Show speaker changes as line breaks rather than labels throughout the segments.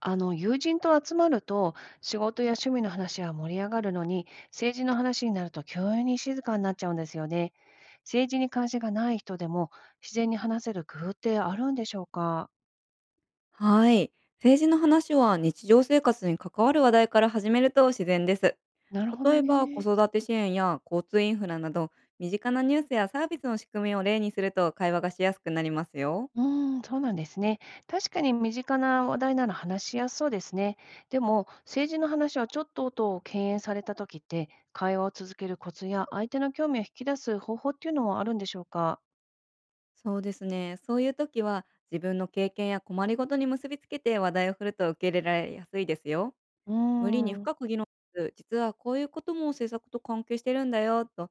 あの友人と集まると仕事や趣味の話は盛り上がるのに、政治の話になると急に静かになっちゃうんですよね。政治に関心がない人でも自然に話せる工夫ってあるんでしょうか？
はい。政治の話は日常生活に関わる話題から始めると自然です。
なるほど
例えば子
ね。
育て支援や交通インフラなど、身近なニュースやサービスの仕組みを例にすると会話がしやすくなりますよ。
うん、そうなんですね。確かに身近な話題なら話しやすそうですね。でも政治の話をちょっとと敬遠された時って、会話を続けるコツや相手の興味を引き出す方法っていうのはあるんでしょうか？
そうですね。そういう時は、自分の経験や困りごとに結びつけて話題を振ると受け入れられやすいですよ。
う
無理に
ーん。
深く議論せず、実はこういうことも政策と関係してるんだよと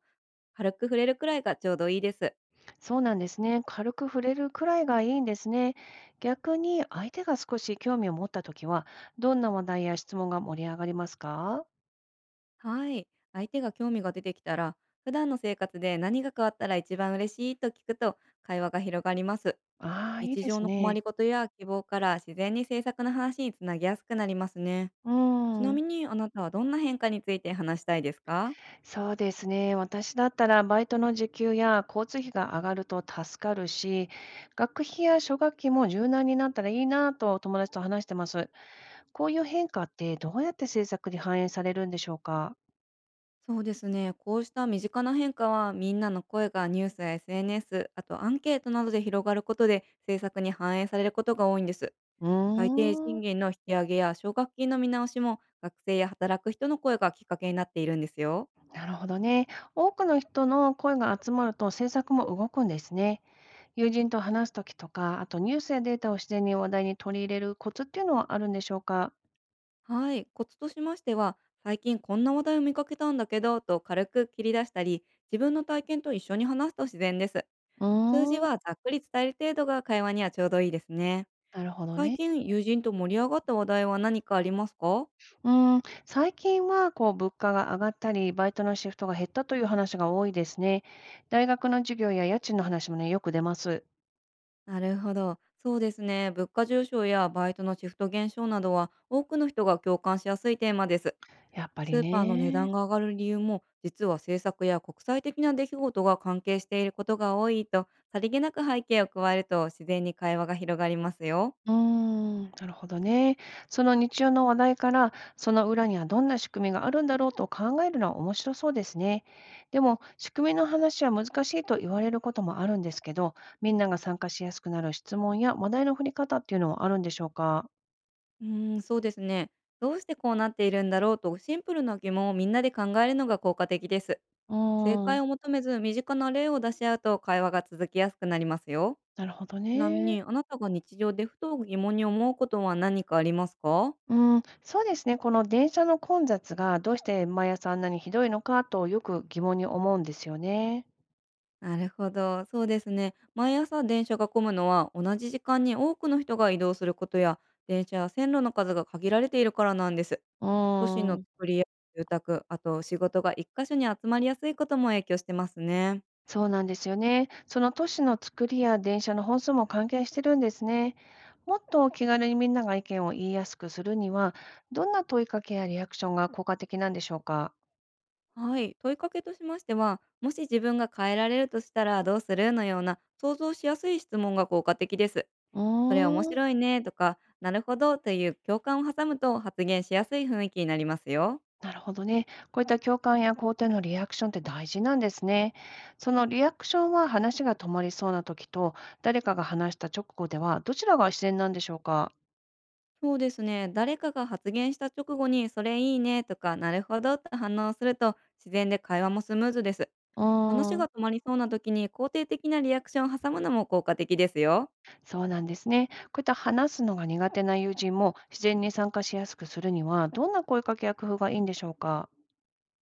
軽く触れるくらいがちょうどいいです。
そうなんですね。軽く触れるくらいがいいんですね。逆に相手が少し興味を持ったときは、どんな話題や質問が盛り上がりますか？
はい。相手が興味が出てきたら、普段の生活で何が変わったら一番嬉しいと聞くと会話が広がります。
ああ、いい
日
で
常
す
の困
ね。
りごとや希望から自然に制作の話につなぎやすくなりますね。
うー
ちな
ん、
みにあなたはどんな変化について話したいですか？
そうですね。私だったらバイトの時給や交通費が上がると助かるし、学費や奨学金も柔軟になったらいいなと友達と話してます。こういう変化ってどうやって政策に反映されるんでしょうか？
そうですね。こうした身近な変化は、みんなの声がニュースや SNS、あとアンケートなどで広がることで制作に反映されることが多いんです。
う
最低
ー
賃
ん。
金の引き上げや奨学金の見直しも、学生や働く人の声がきっかけになっているんですよ。
なるほどね。多くの人の声が集まると政策も動くんですね。友人と話すときとか、あとニュースやデータを自然に話題に取り入れるコツっていうのはあるんでしょうか？
はい、コツとしましては、最近こんな話題を見かけたんだけどと軽く切り出したり、自分の体験と一緒に話すと自然です。
う
数字
ー
は
ん、
ざっくり伝える程度が会話にはちょうどいいですね。
なるほど
最
ね。
近友人と盛り上がった話題は何かありますか？
うーん、最近はこう物価が上がったり、バイトのシフトが減ったという話が多いですね。大学の授業や家賃の話もね、よく出ます。
なるほど。そうですね。物価上昇やバイトのシフト減少などは、多くの人が共感しやすいテーマです。
やっぱ
ス
り
ーパーの値
ね。
段が上がる理由も、実は政策や国際的な出来事が関係していることが多いと、さりげなく背景を加えると自然に会話が広がりますよ。
うーん、なるほどね。その日常の話題から、その裏にはどんな仕組みがあるんだろうと考えるのは面白そうですね。でも、仕組みの話は難しいと言われることもあるんですけど、みんなが参加しやすくなる質問や話題の振り方っていうのはあるんでしょうか？
そうですね。どうしてこうなっているんだろうと、シンプルな疑問をみんなで考えるのが効果的です。
う
正
ー
解
ん、
を求めず、身近な例を出し合うと会話が続きやすくなりますよ。
なるほど
ちなみ
ね。
にあなたが日常でふと疑問に思うことは何かありますか？
うん、そうですね。この電車の混雑がどうして毎朝あんなにひどいのかとよく疑問に思うんですよね。
なるほど、そうですね。毎朝電車が混むのは、同じ時間に多くの人が移動することや、電車や線路の数が限られているからなんです。
う
都市の
ーん。
作りや住宅、あと仕事が一箇所に集まりやすいことも影響してますね。
そうなんですよね。その都市の作りや電車の本数も関係してるんですね。もっと気軽にみんなが意見を言いやすくするには、どんな問いかけやリアクションが効果的なんでしょうか？
はい、問いかけとしましては、もし自分が変えられるとしたらどうする？のような想像しやすい質問が効果的です。
う
それ面
ーん、
白いねとか、なるほどという共感を挟むと発言しやすい雰囲気になりますよ。
なるほどね。こういった共感や肯定のリアクションって大事なんですね。そのリアクションは話が止まりそうな時と、誰かが話した直後では、どちらが自然なんでしょうか？
そうですね。誰かが発言した直後に、それいいねとか、なるほどって反応すると、自然で会話もスムーズです。
う
話
ー
が
ん。
止まりそうな時に肯定的なリアクションを挟むのも効果的ですよ。
そうなんですね。こういった話すのが苦手な友人も自然に参加しやすくするには、どんな声かけや工夫がいいんでしょうか？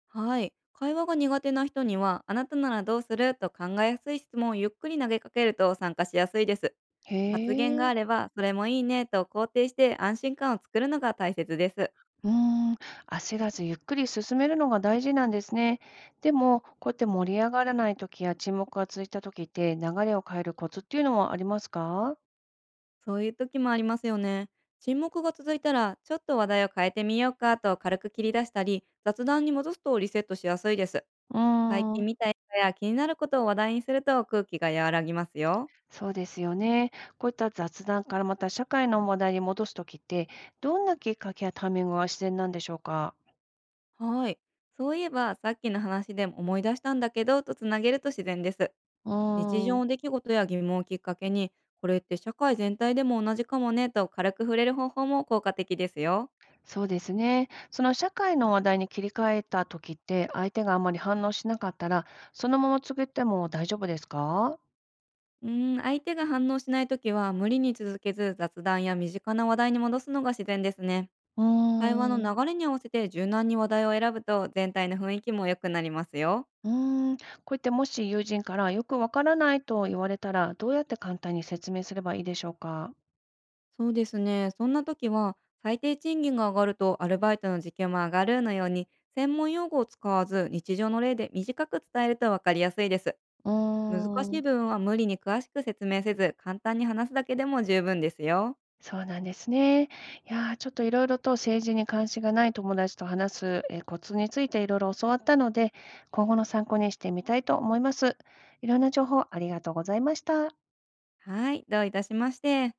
はい。会話が苦手な人には、あなたならどうすると考えやすい質問をゆっくり投げかけると参加しやすいです。
へ
発言があ
え。
れば、それもいいねと肯定して安心感を作るのが大切です。
うーん、焦らずゆっくり進めるのが大事なんですね。でも、こうやって盛り上がらない時や沈黙が続いた時って、流れを変えるコツっていうのはありますか？
そういう時もありますよね。沈黙が続いたら、ちょっと話題を変えてみようかと軽く切り出したり、雑談に戻すとリセットしやすいです。
うー
最近
ん、
見た映画や気になることを話題にすると空気が和らぎますよ。
そうですよね。こういった雑談からまた社会の話題に戻す時って、どんなきっかけやタイミングが自然なんでしょうか？
はい。そういえば、さっきの話でも思い出したんだけど、とつなげると自然です。
う
日
ー
常
ん。
の出来事や疑問をきっかけに、これって社会全体でも同じかもね、と軽く触れる方法も効果的ですよ。
そうですね。その社会の話題に切り替えた時って、相手があまり反応しなかったら、そのまま告げても大丈夫ですか？
相手が反応しないときは、無理に続けず雑談や身近な話題に戻すのが自然ですね。
うー
会話の
ん、
流れに合わせて柔軟に話題を選ぶと全体の雰囲気も良くなりますよ。
うーん、こうやってもし友人からよくわからないと言われたら、どうやって簡単に説明すればいいでしょうか？
そうですね。そんな時は、最低賃金が上がるとアルバイトの時給も上がるのように、専門用語を使わず日常の例で短く伝えると分かりやすいです。
うー
難しい
ん、
部分は無理に詳しく説明せず、簡単に話すだけでも十分ですよ。
そうなんですね。いやー、ちょっといろいろと政治に関心がない友達と話す、コツについていろいろ教わったので、今後の参考にしてみたいと思います。いろんな情報ありがとうございました。
はい、どういたしまして。